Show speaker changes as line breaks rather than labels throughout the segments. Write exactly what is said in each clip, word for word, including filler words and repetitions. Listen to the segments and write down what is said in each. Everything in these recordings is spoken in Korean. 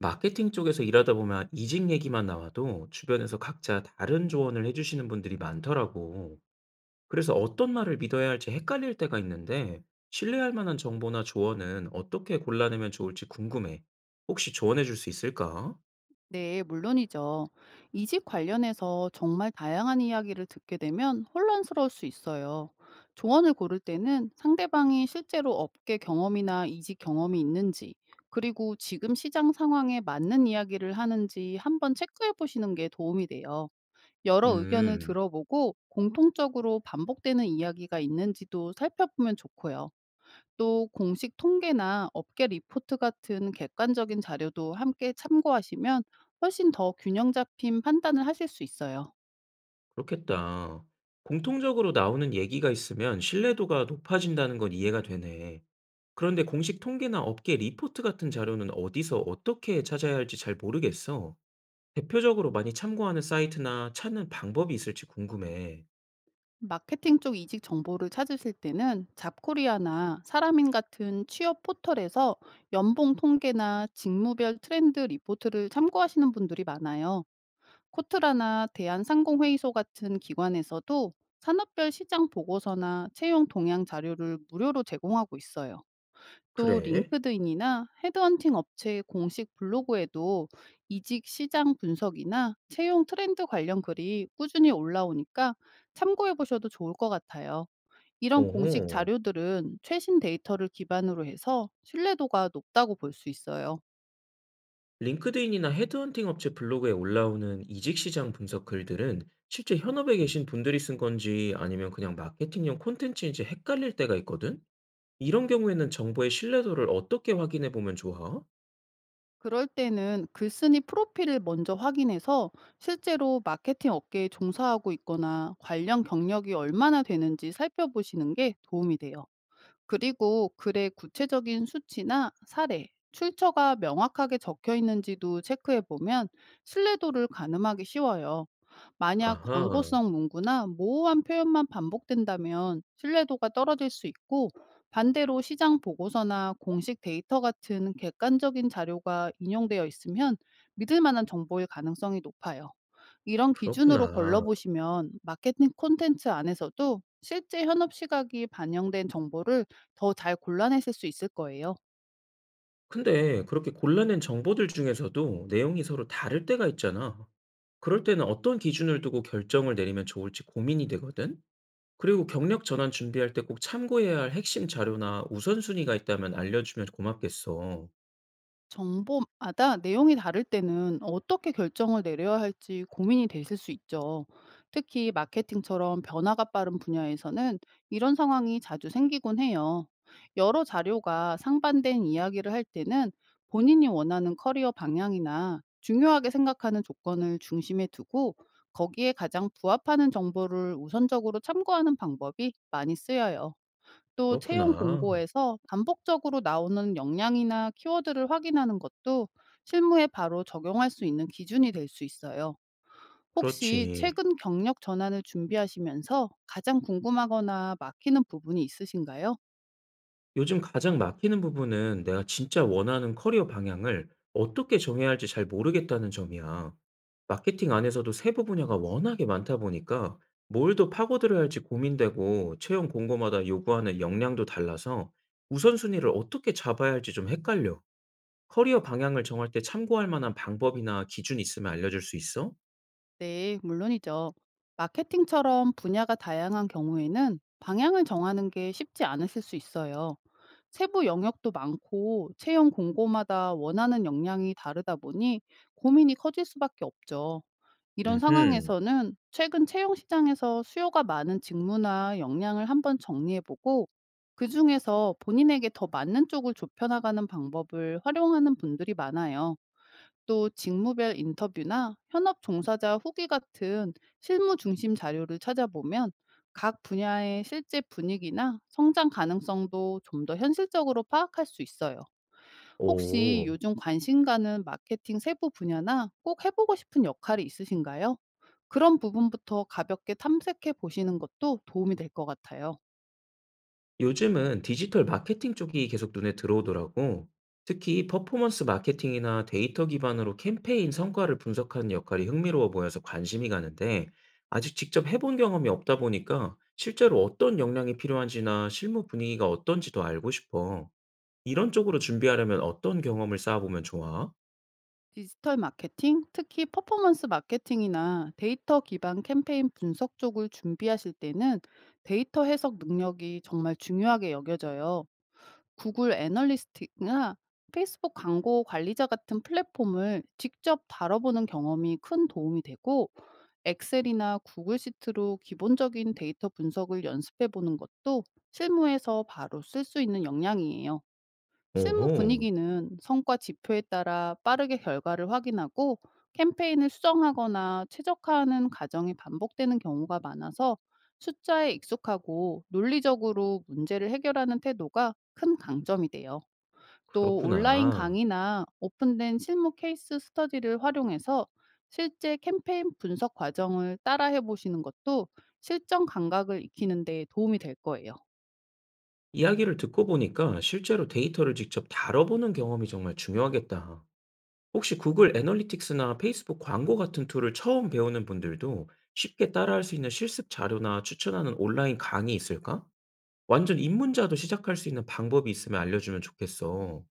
마케팅 쪽에서 일하다 보면 이직 얘기만 나와도 주변에서 각자 다른 조언을 해주시는 분들이 많더라고. 그래서 어떤 말을 믿어야 할지 헷갈릴 때가 있는데, 신뢰할 만한 정보나 조언은 어떻게 골라내면 좋을지 궁금해. 혹시 조언해 줄 수 있을까?
네, 물론이죠. 이직 관련해서 정말 다양한 이야기를 듣게 되면 혼란스러울 수 있어요. 조언을 고를 때는 상대방이 실제로 업계 경험이나 이직 경험이 있는지, 그리고 지금 시장 상황에 맞는 이야기를 하는지 한번 체크해 보시는 게 도움이 돼요. 여러 의견을
음,
들어보고 공통적으로 반복되는 이야기가 있는지도 살펴보면 좋고요. 또 공식 통계나 업계 리포트 같은 객관적인 자료도 함께 참고하시면 훨씬 더 균형 잡힌 판단을 하실 수 있어요.
그렇겠다. 공통적으로 나오는 얘기가 있으면 신뢰도가 높아진다는 건 이해가 되네. 그런데 공식 통계나 업계 리포트 같은 자료는 어디서 어떻게 찾아야 할지 잘 모르겠어. 대표적으로 많이 참고하는 사이트나 찾는 방법이 있을지 궁금해.
마케팅 쪽 이직 정보를 찾으실 때는 잡코리아나 사람인 같은 취업 포털에서 연봉 통계나 직무별 트렌드 리포트를 참고하시는 분들이 많아요. 코트라나 대한상공회의소 같은 기관에서도 산업별 시장 보고서나 채용 동향 자료를 무료로 제공하고 있어요. 또
그래?
링크드인이나 헤드헌팅 업체의 공식 블로그에도 이직 시장 분석이나 채용 트렌드 관련 글이 꾸준히 올라오니까 참고해 보셔도 좋을 것 같아요. 이런 공식
오호.
자료들은 최신 데이터를 기반으로 해서 신뢰도가 높다고 볼 수 있어요.
링크드인이나 헤드헌팅 업체 블로그에 올라오는 이직 시장 분석 글들은 실제 현업에 계신 분들이 쓴 건지 아니면 그냥 마케팅용 콘텐츠인지 헷갈릴 때가 있거든? 이런 경우에는 정보의 신뢰도를 어떻게 확인해 보면 좋아?
그럴 때는 글쓴이 프로필을 먼저 확인해서 실제로 마케팅 업계에 종사하고 있거나 관련 경력이 얼마나 되는지 살펴보시는 게 도움이 돼요. 그리고 글의 구체적인 수치나 사례, 출처가 명확하게 적혀 있는지도 체크해 보면 신뢰도를 가늠하기 쉬워요. 만약
아하,
광고성 문구나 모호한 표현만 반복된다면 신뢰도가 떨어질 수 있고, 반대로 시장 보고서나 공식 데이터 같은 객관적인 자료가 인용되어 있으면 믿을 만한 정보일 가능성이 높아요. 이런 기준으로
그렇구나.
걸러보시면 마케팅 콘텐츠 안에서도 실제 현업 시각이 반영된 정보를 더 잘 골라냈을 수 있을 거예요.
근데 그렇게 골라낸 정보들 중에서도 내용이 서로 다를 때가 있잖아. 그럴 때는 어떤 기준을 두고 결정을 내리면 좋을지 고민이 되거든? 그리고 경력 전환 준비할 때 꼭 참고해야 할 핵심 자료나 우선순위가 있다면 알려주면 고맙겠어.
정보마다 내용이 다를 때는 어떻게 결정을 내려야 할지 고민이 되실 수 있죠. 특히 마케팅처럼 변화가 빠른 분야에서는 이런 상황이 자주 생기곤 해요. 여러 자료가 상반된 이야기를 할 때는 본인이 원하는 커리어 방향이나 중요하게 생각하는 조건을 중심에 두고, 거기에 가장 부합하는 정보를 우선적으로 참고하는 방법이 많이 쓰여요. 또 채용
그렇구나.
공고에서 반복적으로 나오는 역량이나 키워드를 확인하는 것도 실무에 바로 적용할 수 있는 기준이 될 수 있어요.
그렇지.
혹시 최근 경력 전환을 준비하시면서 가장 궁금하거나 막히는 부분이 있으신가요?
요즘 가장 막히는 부분은 내가 진짜 원하는 커리어 방향을 어떻게 정해야 할지 잘 모르겠다는 점이야. 마케팅 안에서도 세부 분야가 워낙에 많다 보니까 뭘 더 파고들어야 할지 고민되고 채용 공고마다 요구하는 역량도 달라서 우선순위를 어떻게 잡아야 할지 좀 헷갈려. 커리어 방향을 정할 때 참고할 만한 방법이나 기준이 있으면 알려줄 수 있어?
네, 물론이죠. 마케팅처럼 분야가 다양한 경우에는 방향을 정하는 게 쉽지 않으실 수 있어요. 세부 영역도 많고 채용 공고마다 원하는 역량이 다르다 보니 고민이 커질 수밖에 없죠. 이런
음흠.
상황에서는 최근 채용 시장에서 수요가 많은 직무나 역량을 한번 정리해보고, 그 중에서 본인에게 더 맞는 쪽을 좁혀나가는 방법을 활용하는 분들이 많아요. 또 직무별 인터뷰나 현업 종사자 후기 같은 실무 중심 자료를 찾아보면 각 분야의 실제 분위기나 성장 가능성도 좀 더 현실적으로 파악할 수 있어요. 혹시
오,
요즘 관심 가는 마케팅 세부 분야나 꼭 해보고 싶은 역할이 있으신가요? 그런 부분부터 가볍게 탐색해 보시는 것도 도움이 될 것 같아요.
요즘은 디지털 마케팅 쪽이 계속 눈에 들어오더라고. 특히 퍼포먼스 마케팅이나 데이터 기반으로 캠페인 성과를 분석하는 역할이 흥미로워 보여서 관심이 가는데, 아직 직접 해본 경험이 없다 보니까 실제로 어떤 역량이 필요한지나 실무 분위기가 어떤지도 알고 싶어. 이런 쪽으로 준비하려면 어떤 경험을 쌓아보면 좋아?
디지털 마케팅, 특히 퍼포먼스 마케팅이나 데이터 기반 캠페인 분석 쪽을 준비하실 때는 데이터 해석 능력이 정말 중요하게 여겨져요. 구글 애널리스트나 페이스북 광고 관리자 같은 플랫폼을 직접 다뤄보는 경험이 큰 도움이 되고, 엑셀이나 구글 시트로 기본적인 데이터 분석을 연습해 보는 것도 실무에서 바로 쓸 수 있는 역량이에요. 실무
오호,
분위기는 성과 지표에 따라 빠르게 결과를 확인하고 캠페인을 수정하거나 최적화하는 과정이 반복되는 경우가 많아서, 숫자에 익숙하고 논리적으로 문제를 해결하는 태도가 큰 강점이 돼요. 또 온라인
그렇구나.
강의나 오픈된 실무 케이스 스터디를 활용해서 실제 캠페인 분석 과정을 따라해 보시는 것도 실전 감각을 익히는 데 도움이 될 거예요.
이야기를 듣고 보니까 실제로 데이터를 직접 다뤄보는 경험이 정말 중요하겠다. 혹시 구글 애널리틱스나 페이스북 광고 같은 툴을 처음 배우는 분들도 쉽게 따라할 수 있는 실습 자료나 추천하는 온라인 강의 있을까? 완전 입문자도 시작할 수 있는 방법이 있으면 알려주면 좋겠어.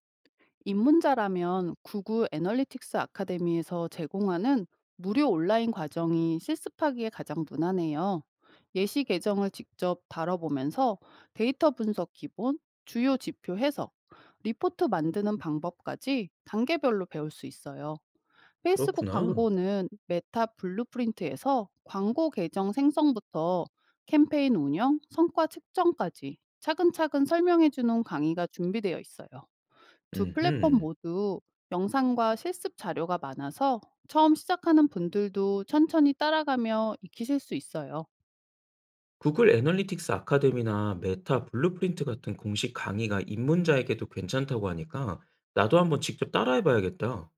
입문자라면 구글 애널리틱스 아카데미에서 제공하는 무료 온라인 과정이 실습하기에 가장 무난해요. 예시 계정을 직접 다뤄보면서 데이터 분석 기본, 주요 지표 해석, 리포트 만드는 방법까지 단계별로 배울 수 있어요. 페이스북
그렇구나.
광고는 메타 블루프린트에서 광고 계정 생성부터 캠페인 운영, 성과 측정까지 차근차근 설명해주는 강의가 준비되어 있어요. 두 플랫폼
음흠.
모두 영상과 실습 자료가 많아서 처음 시작하는 분들도 천천히 따라가며 익히실 수 있어요.
구글 애널리틱스 아카데미나 메타 블루프린트 같은 공식 강의가 입문자에게도 괜찮다고 하니까 나도 한번 직접 따라해봐야겠다.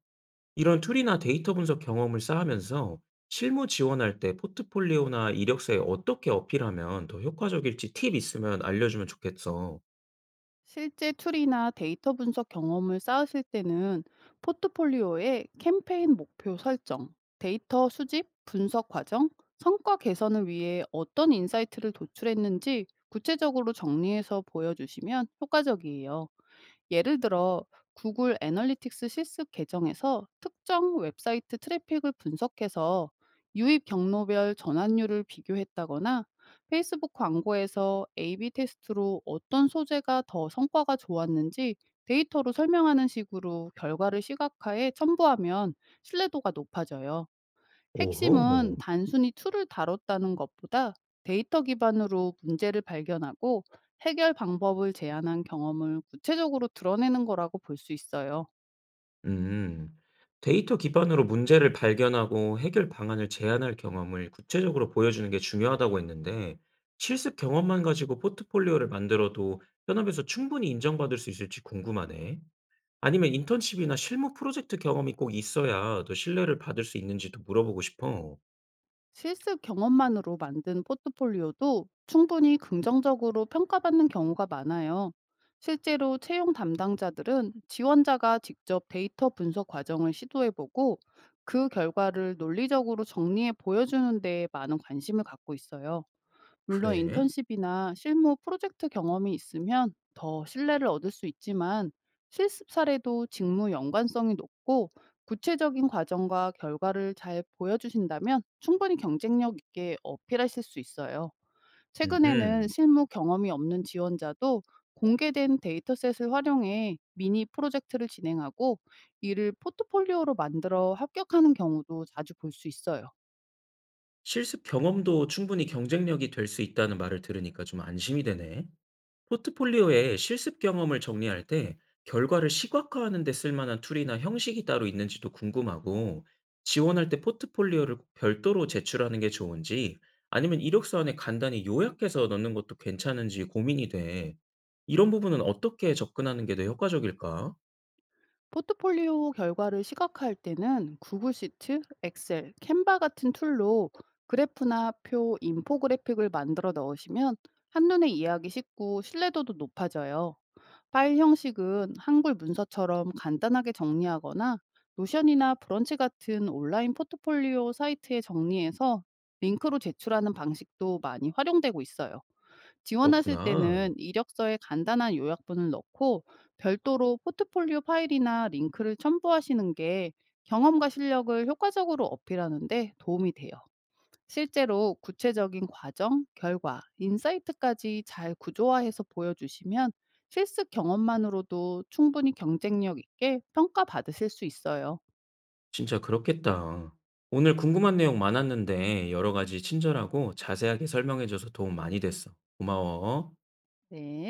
이런 툴이나 데이터 분석 경험을 쌓으면서 실무 지원할 때 포트폴리오나 이력서에 어떻게 어필하면 더 효과적일지 팁 있으면 알려주면 좋겠어.
실제 툴이나 데이터 분석 경험을 쌓으실 때는 포트폴리오에 캠페인 목표 설정, 데이터 수집, 분석 과정, 성과 개선을 위해 어떤 인사이트를 도출했는지 구체적으로 정리해서 보여주시면 효과적이에요. 예를 들어 구글 애널리틱스 실습 계정에서 특정 웹사이트 트래픽을 분석해서 유입 경로별 전환율을 비교했다거나, 페이스북 광고에서 에이 비 테스트로 어떤 소재가 더 성과가 좋았는지 데이터로 설명하는 식으로 결과를 시각화해 첨부하면 신뢰도가 높아져요.
오호.
핵심은
뭐.
단순히 툴을 다뤘다는 것보다 데이터 기반으로 문제를 발견하고 해결 방법을 제안한 경험을 구체적으로 드러내는 거라고 볼 수 있어요.
음. 데이터 기반으로 문제를 발견하고 해결 방안을 제안할 경험을 구체적으로 보여주는 게 중요하다고 했는데, 실습 경험만 가지고 포트폴리오를 만들어도 현업에서 충분히 인정받을 수 있을지 궁금하네. 아니면 인턴십이나 실무 프로젝트 경험이 꼭 있어야 더 신뢰를 받을 수 있는지도 물어보고 싶어.
실습 경험만으로 만든 포트폴리오도 충분히 긍정적으로 평가받는 경우가 많아요. 실제로 채용 담당자들은 지원자가 직접 데이터 분석 과정을 시도해보고 그 결과를 논리적으로 정리해 보여주는 데에 많은 관심을 갖고 있어요. 물론
그래?
인턴십이나 실무 프로젝트 경험이 있으면 더 신뢰를 얻을 수 있지만, 실습 사례도 직무 연관성이 높고 구체적인 과정과 결과를 잘 보여주신다면 충분히 경쟁력 있게 어필하실 수 있어요. 최근에는
음흠.
실무 경험이 없는 지원자도 공개된 데이터셋을 활용해 미니 프로젝트를 진행하고, 이를 포트폴리오로 만들어 합격하는 경우도 자주 볼 수 있어요.
실습 경험도 충분히 경쟁력이 될 수 있다는 말을 들으니까 좀 안심이 되네. 포트폴리오에 실습 경험을 정리할 때 결과를 시각화하는 데 쓸만한 툴이나 형식이 따로 있는지도 궁금하고, 지원할 때 포트폴리오를 꼭 별도로 제출하는 게 좋은지, 아니면 이력서 안에 간단히 요약해서 넣는 것도 괜찮은지 고민이 돼. 이런 부분은 어떻게 접근하는 게 더 효과적일까?
포트폴리오 결과를 시각화할 때는 구글 시트, 엑셀, 캔바 같은 툴로 그래프나 표, 인포그래픽을 만들어 넣으시면 한눈에 이해하기 쉽고 신뢰도도 높아져요. 파일 형식은 한글 문서처럼 간단하게 정리하거나 노션이나 브런치 같은 온라인 포트폴리오 사이트에 정리해서 링크로 제출하는 방식도 많이 활용되고 있어요. 지원하실
그렇구나.
때는 이력서에 간단한 요약분을 넣고 별도로 포트폴리오 파일이나 링크를 첨부하시는 게 경험과 실력을 효과적으로 어필하는데 도움이 돼요. 실제로 구체적인 과정, 결과, 인사이트까지 잘 구조화해서 보여주시면 실습 경험만으로도 충분히 경쟁력 있게 평가받으실 수 있어요.
진짜 그렇겠다. 오늘 궁금한 내용 많았는데 여러 가지 친절하고 자세하게 설명해줘서 도움 많이 됐어. 고마워.
네.